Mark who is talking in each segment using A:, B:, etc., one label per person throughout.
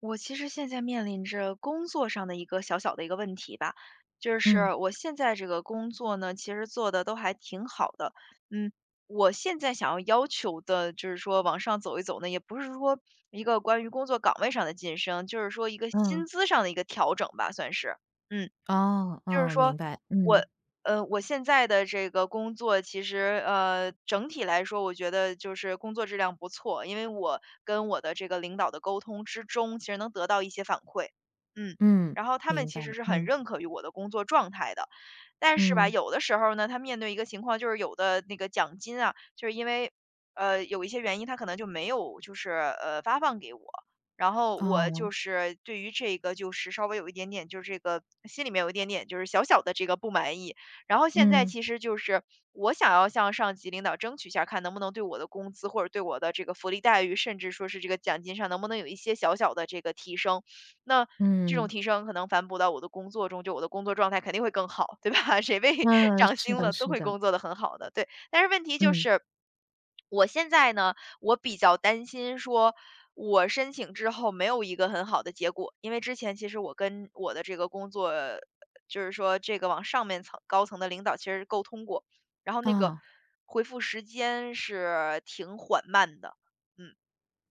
A: 我其实现在面临着工作上的一个小小的问题吧，就
B: 嗯，
A: 是我现在这个工作呢，其实做的都还挺好的。嗯，我现在想要要求的就是说往上走一走呢，也不是说一个关于工作岗位上的晋升，就是说一个薪
B: 嗯，
A: 资上的一个调整吧，算是。嗯。
B: 哦，
A: 就是
B: 哦，
A: 说
B: 明白，
A: 我
B: 嗯，
A: 我现在的这个工作其实，整体来说，我觉得就是工作质量不错，因为我跟我的这个领导的沟通之中，其实能得到一些反馈。嗯，
B: 嗯，
A: 然后他们
B: 明
A: 其
B: 白，
A: 实是很
B: 嗯，
A: 认可于我的工作状态的。但是吧，
B: 嗯，
A: 有的时候呢，他面对一个情况，就是有的那个奖金啊，就是因为有一些原因，他可能就没有就是发放给我。然后我
B: 哦，
A: 就是对于这个就是稍微有一点点，就是这个心里面有一点点就是小小的这个不满意。然后现在
B: 嗯，
A: 其实就是我想要向上级领导争取一下，看能不能对我的工资或者对我的这个福利待遇，甚至说是这个奖金上能不能有一些小小的这个提升。那这种
B: 嗯，
A: 提升可能反哺到我的工作中，就我的工作状态肯定会更好，对吧？谁被
B: 嗯，
A: 涨
B: 是
A: 薪
B: 的，
A: 了都
B: 是
A: 会
B: 的，
A: 工作的很好的，对。但是问题就
B: 嗯，
A: 是。我现在呢，我比较担心说，我申请之后没有一个很好的结果，因为之前其实我跟我的这个工作，就是说这个往上面层高层的领导其实沟通过，然后那个
B: 哦，
A: 回复时间是挺缓慢的，嗯，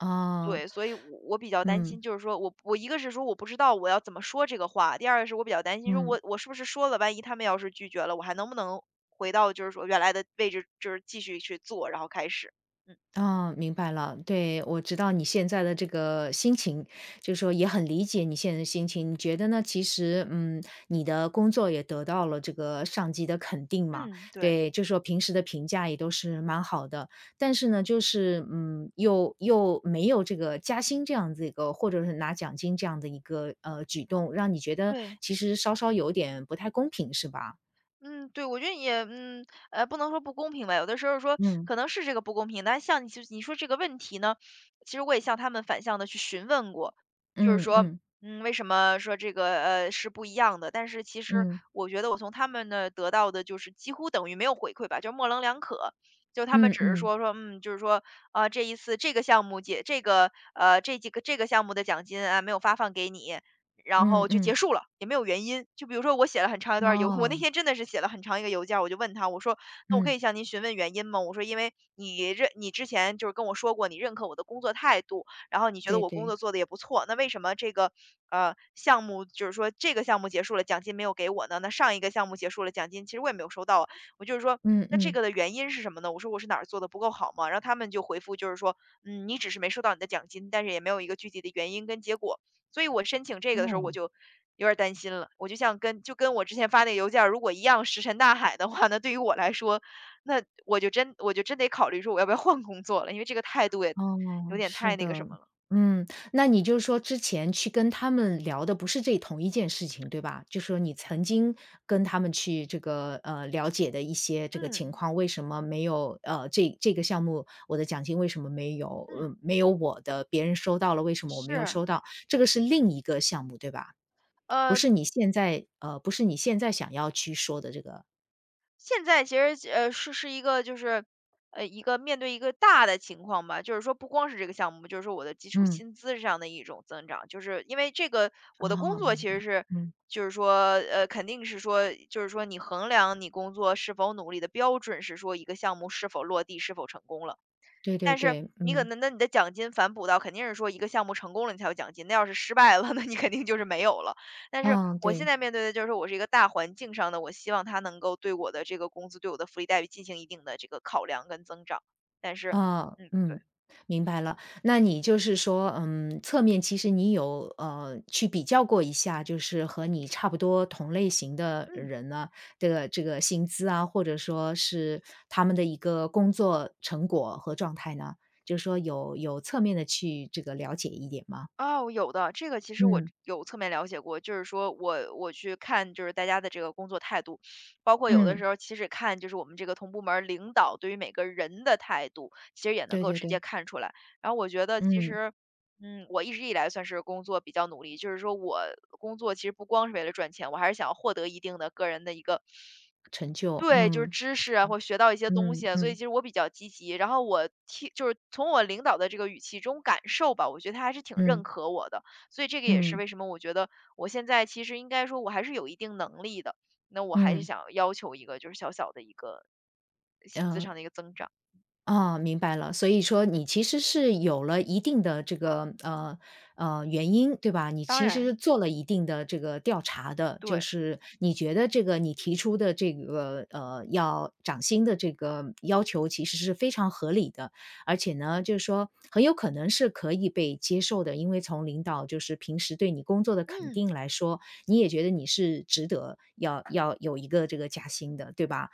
B: 哦，
A: 对，所以我比较担心，
B: 嗯，
A: 就是说我一个是说我不知道我要怎么说这个话，第二个是我比较担心说
B: 嗯。
A: 我是不是说了，万一他们要是拒绝了，我还能不能回到就是说原来的位置，就是继续去做，然后开始，嗯
B: 哦，明白了。对，我知道你现在的这个心情，就是说也很理解你现在的心情。你觉得呢？其实，你的工作也得到了这个上级的肯定嘛，
A: 嗯，对。
B: 对，就说平时的评价也都是蛮好的。但是呢，就是又没有这个加薪这样子一个，或者是拿奖金这样的一个举动，让你觉得
A: 对，
B: 其实稍稍有点不太公平，是吧？
A: 嗯，对，我觉得也，嗯，不能说不公平吧，有的时候说
B: 嗯
A: 可能是这个不公平，但像你就你说这个问题呢，其实我也向他们反向的去询问过，就是
B: 嗯
A: 说，
B: 嗯
A: 嗯，为什么说这个，是不一样的，但是其实
B: 嗯
A: 我觉得我从他们那得到的就是几乎等于没有回馈吧，就模棱两可。就他们
B: 嗯
A: 只是
B: 嗯
A: 说说，嗯，就是说，啊，这一次这个项目解这个，这几个这个项目的奖金啊，没有发放给你。然
B: 嗯
A: 后就结
B: 嗯，
A: 束了，也没有原因。就比如说我写了很长一段邮 我那
B: 哦，
A: 天真的是写了很长一个邮件儿，我就问他，我说：“那我可
B: 嗯。
A: 以向您询问原因吗？”我说：“因为你认你之前就是跟我说过，你认可我的工作态度，然后你觉得
B: 对
A: 我工
B: 对，
A: 作做的也不错，那为什么这个，项目就是说这个项目结束了，奖金没有给我呢？那上一个项目结束了，奖金其实我也没有收到啊。”我就是说：
B: 嗯
A: “那这
B: 嗯。
A: 个的原因是什么呢？”我说：“我是哪儿做的不够好吗？”然后他们就回复就是说：“嗯，你只是没收到你的奖金，但是也没有一个具体的原因跟结果。”所以我申请这个的时候我
B: 哦。
A: 就有点儿担心了，我就像跟就跟我之前发那个邮件儿如果一样石沉大海的话，那对于我来说，那我就真得考虑说我要不要换工作了，因为这个态度也有
B: 哦，
A: 点
B: 是
A: 太那个什
B: 的，
A: 么了。
B: 嗯，那你就是说之前去跟他们聊的不是这同一件事情，对吧？就说你曾经跟他们去这个，了解的一些这个情
A: 嗯
B: 况，为什么没有这个项目我的奖金为什么没有
A: 嗯。
B: 没有我的，别人收到了，为什么我没有
A: 是，
B: 收到？这个是另一个项目，对吧？不
A: 呃，
B: 是你现在不是你现在想要去说的这个
A: 现在其实是一个就是一个面对一个大的情况吧，就是说不光是这个项目，就是说我的基础
B: 嗯，
A: 薪资上的一种增长，就是因为这个我的工
B: 哦，
A: 作
B: 明
A: 其实
B: 白，
A: 是
B: 嗯，
A: 就是说肯定是说就是说你衡量你工作是否努力的标准是说一个项目是否落地是否成功了。
B: 对对
A: 但是
B: 对，
A: 你可
B: 嗯。
A: 能那你的奖金反哺到肯定是说一个项目成功了你才有奖金，那要是失败了，那你肯定就是没有了。但是
B: 嗯，
A: 我现
B: 对，
A: 在面对的就是说我是一个大环境上的，我希望他能够对我的这个工资、对我的福利待遇进行一定的这个考量跟增长。但是
B: 啊，
A: 嗯，对，
B: 嗯，明白了。那你就是说，嗯，侧面其实你有去比较过一下，就是和你差不多同类型的
A: 嗯。
B: 人呢，这个薪资啊，或者说是他们的一个工作成果和状态呢，就是说有侧面的去这个了解一点吗？
A: 哦，有的，这个其实我
B: 嗯
A: 有侧面了解过，就是说我去看就是大家的这个工作态度，包括有的
B: 嗯，
A: 时候其实看就是我们这个同部门儿领导对于每个人的态度，其实也能
B: 对
A: 够
B: 对
A: 直接
B: 对，
A: 看出来。然后我觉得其
B: 嗯，
A: 实，嗯，我一直以来算是工作比较努力，就是说我工作其实不光是为了赚钱，我还是想要获得一定的个人的一个。
B: 成就，
A: 对，就是
B: 嗯
A: 知识啊，
B: 嗯
A: 或学到一些东西
B: 嗯
A: 啊所以其
B: 嗯
A: 实我比较积极。然后我听，就是从我领导的这个语气中感受吧，我觉得他还是挺认
B: 嗯
A: 可我的。所以这个也是
B: 嗯
A: 为什么我觉得我现在其实应该说我还是有一定能力的。那我还是
B: 嗯，
A: 想要求一个就是小小的一个薪资
B: 呃
A: 上的一个增长。
B: 啊，明白了。所以说你其实是有了一定的这个原因，对吧？你
A: 当
B: 其
A: 然，
B: 实做了一定的这个调查的，就
A: 对，
B: 是你觉得这个你提出的这个要涨薪的这个要求其实是非常合理的，而且呢，就是说很有可能是可以被接受的，因为从领导就是平时对你工作的肯
A: 嗯，
B: 定来说，你也觉得你是值得要有一个这个加薪的，对吧？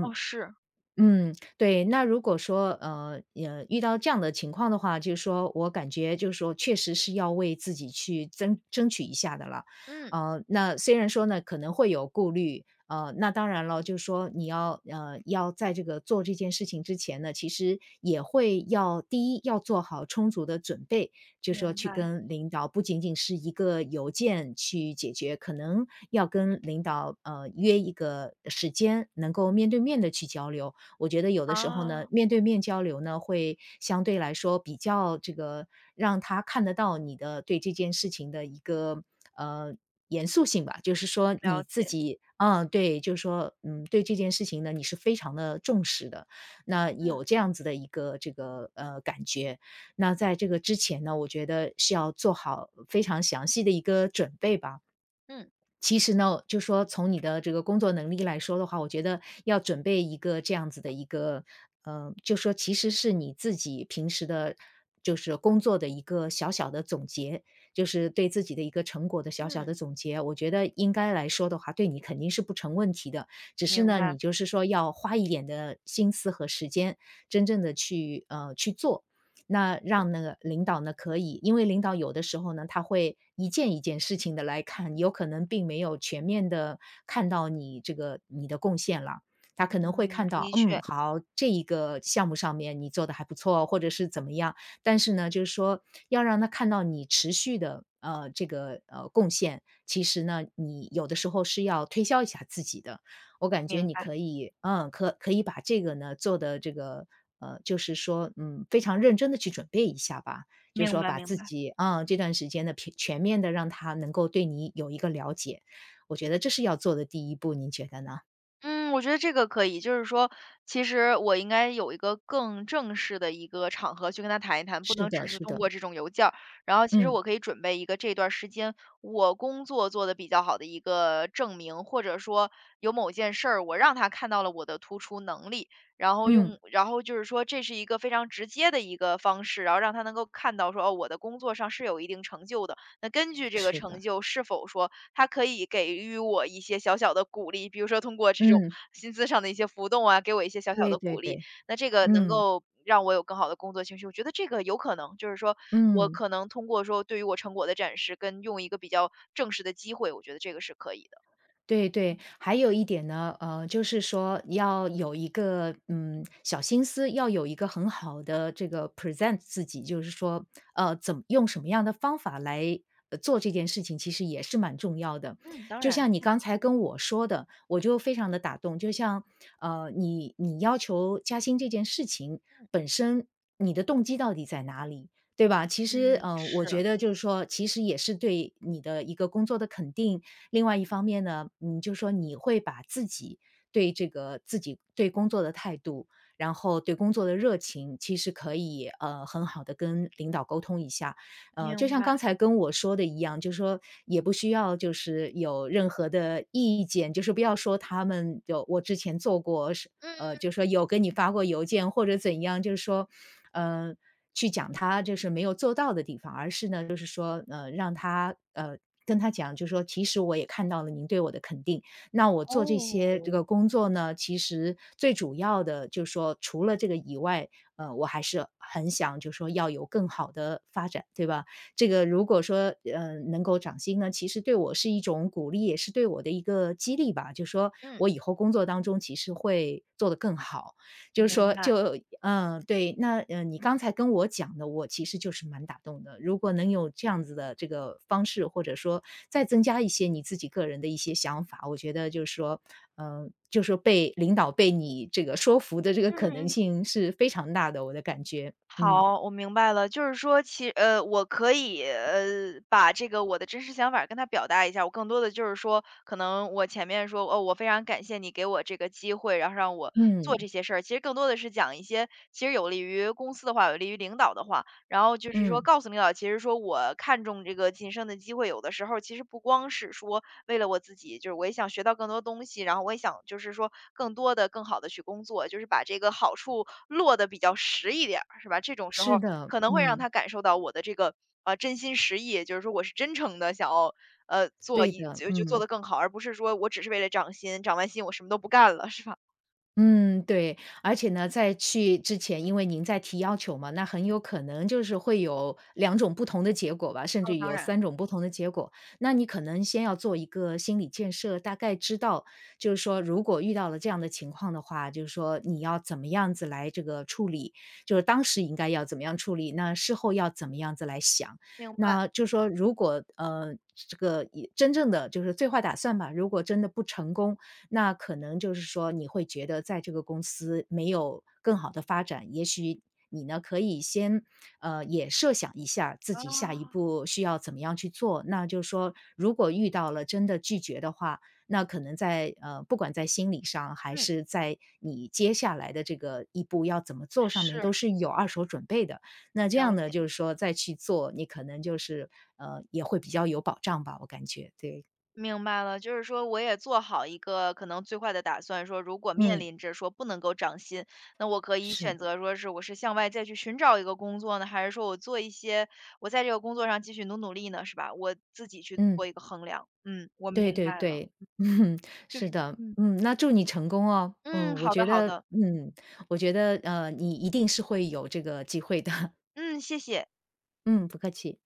A: 哦，是，
B: 嗯，对。那如果说，遇到这样的情况的话，就是说我感觉就是说确实是要为自己去争取一下的了。
A: 嗯，
B: 那虽然说呢，可能会有顾虑，那当然了，就是说你要要在这个做这件事情之前呢，其实也会要第一要做好充足的准备，就是说
A: 明
B: 去
A: 白
B: 跟领导不仅仅是一个邮件去解决，可能要跟领导，约一个时间，能够面对面的去交流。我觉得有的时候
A: 啊，
B: 呢，面对面交流呢，会相对来说比较这个让他看得到你的对这件事情的一个呃严肃性吧，就是说
A: 了
B: 你自
A: 解，
B: 己，嗯，对，就是说，对这件事情呢，你是非常的重视的，那
A: 嗯
B: 有这样子的一个这个感觉。那在这个之前呢，我觉得是要做好非常详细的一个准备吧。
A: 嗯
B: 其实呢，就说从你的这个工作能力来说的话，我觉得要准备一个这样子的一个，就说其实是你自己平时的，就是工作的一个小小的总结，就是对自己的一个成果的小小的
A: 嗯，
B: 总结。我觉得应该来说的话，对你肯定是不成问题的。只是
A: 明
B: 呢，
A: 白，
B: 你就是说要花一点的心思和时间，真正的去去做。那让那个领导呢，可以因为领导有的时候呢，他会一件一件事情的来看，有可能并没有全面的看到你这个你的贡献了。他可能会
A: 嗯，
B: 看到，
A: 的确
B: 好，这一个项目上面你做的还不错，或者是怎么样。但是呢，就是说要让他看到你持续的，这个，贡献，其实呢，你有的时候是要推销一下自己的。我感觉
A: 明
B: 你
A: 白，
B: 可以，可以把这个呢做的这个，就是说，非常认真的去准备一下吧。就是
A: 明
B: 说
A: 白
B: 把
A: 明
B: 自
A: 白。
B: 己，这段时间的全面的让他能够对你有一个了解，我觉得这是要做的第一步，您觉得呢？
A: 嗯，我觉得这个可以，就是说，其实我应该有一个更正式的一个场合去跟他谈一谈，不
B: 是
A: 能只
B: 的，
A: 是
B: 是
A: 通
B: 的，
A: 过这种邮件儿。然后，其实
B: 嗯，
A: 我可以准备一个这段时间我工作做得比较好的一个证明，或者说有某件事儿我让他看到了我的突出能力，然后
B: 嗯，
A: 用，然后就是说这是一个非常直接的一个方式，然后让他能够看到说哦，我的工作上是有一定成就的。那根据这个
B: 是
A: 成
B: 的，
A: 就是否说他可以给予我一些小小的鼓励，比如说通过这种
B: 嗯，
A: 薪资上的一些浮动啊，给我一些小小
B: 对
A: 的
B: 对
A: 鼓励，
B: 对，
A: 那这个能
B: 嗯，
A: 够让我有更好的工作情绪。我觉得这个有可能，就是说我
B: 嗯。
A: 可能通过说对于我成果的展示，跟用一个比较正式的机会，我觉得这个是可以的。
B: 对对，还有一点呢，就是说要有一个小心思，要有一个很好的这个 present 自己，就是说，怎么用什么样的方法来做这件事情，其实也是蛮重要的。
A: 嗯，当
B: 就
A: 然，
B: 像你刚才跟我说的，我就非常的打动。就像你要求加薪这件事情
A: 嗯
B: 本身，你的动机到底在哪里？对吧？其实，
A: 嗯，
B: 我
A: 是，
B: 觉得就是说，其实也是对你的一个工作的肯定，另外一方面呢，你就说你会把自己对这个自己对工作的态度，然后对工作的热情，其实可以很好的跟领导沟通一下。就
A: 明
B: 像
A: 白，
B: 刚才跟我说的一样，就是说也不需要就是有任何的意见，就是不要说他们就我之前做过是
A: 嗯，
B: 就说有给你发过邮件或者怎样，就是说，呃，去讲他就是没有做到的地方，而是呢，就是说，让他跟他讲，就是说其实我也看到了您对我的肯定，那我做这
A: 哦，
B: 些这个工作呢，其实最主要的就是说除了这个以外，我还是很想就是说要有更好的发展，对吧？这个如果说，能够涨薪呢，其实对我是一种鼓励，也是对我的一个激励吧，就是说
A: 嗯，
B: 我以后工作当中其实会做得更好。就是
A: 明
B: 说
A: 白，
B: 就对，那，你刚才跟我讲的，我其实就是蛮打动的。如果能有这样子的这个方式，或者说再增加一些你自己个人的一些想法，我觉得就是说，就是说被领导被你这个说服的这个
A: 嗯
B: 可
A: 嗯
B: 能
A: 嗯。
B: 性是非常大的，我的感觉。嗯，
A: 好，我明白了，就是说我可以，把这个我的真实想法跟他表达一下，我更多的就是说，可能我前面说，哦，我非常感谢你给我这个机会，然后让我做
B: 嗯，
A: 这些事儿，其实更多的是讲一些其实有利于公司的话，有利于领导的话。然后就是说
B: 嗯，
A: 告诉领导，其实说我看中这个晋升的机会，有的时候其实不光是说为了我自己，就是我也想学到更多东西，然后我也想就是说更多的、更好的去工作，就是把这个好处落得比较实一点儿，是吧？这种时
B: 是
A: 候
B: 的，
A: 可能会让
B: 嗯，
A: 他感受到我的这个真心实意，就是说我是真诚的想要呃做
B: 对
A: 一
B: 的，
A: 就就做
B: 嗯。
A: 得更好，而不是说我只是为了涨薪，涨完薪我什么都不干了，是吧？
B: 嗯，对，而且呢，在去之前，因为您在提要求嘛，那很有可能就是会有两种不同的结果吧，甚
A: 哦，
B: 至
A: 当
B: 有
A: 然
B: 三种不同的结果。那你可能先要做一个心理建设，大概知道，就是说如果遇到了这样的情况的话，就是说你要怎么样子来这个处理，就是当时应该要怎么样处理，那事后要怎么样子来想。
A: 明白
B: 那就说如果，这个也真正的就是最坏打算吧，如果真的不成功，那可能就是说你会觉得在这个公司没有更好的发展，也许你呢可以先也设想一下自
A: 啊，
B: 己下一步需要怎么样去做。那就是说，如果遇到了真的拒绝的话，那可能在不管在心理上还
A: 嗯，
B: 是在你接下来的这个一步要怎么做上面，
A: 是
B: 都是有二手准备的。那这
A: 了
B: 样呢，
A: 解。
B: 就是说再去做，你可能就是也会比较有保障吧，我感觉对，
A: 明白了，就是说我也做好一个可能最坏的打算，说如果面
B: 嗯，
A: 临着说不能够涨薪，那我可以
B: 是，
A: 选择说是我是向外再去寻找一个工作呢，还是说我做一些我在这个工作上继续努力呢，是吧？我自己去
B: 嗯。
A: 做一个衡量。嗯，我
B: 对
A: 明
B: 对
A: 白了，
B: 对，嗯，
A: 就
B: 是
A: 是
B: 的，
A: 嗯
B: 嗯，那祝你成功哦，
A: 嗯，
B: 嗯，我
A: 好的
B: 觉
A: 好
B: 得，
A: 的，
B: 嗯，我觉得，你一定是会有这个机会的，
A: 嗯，谢谢。
B: 嗯，不客气。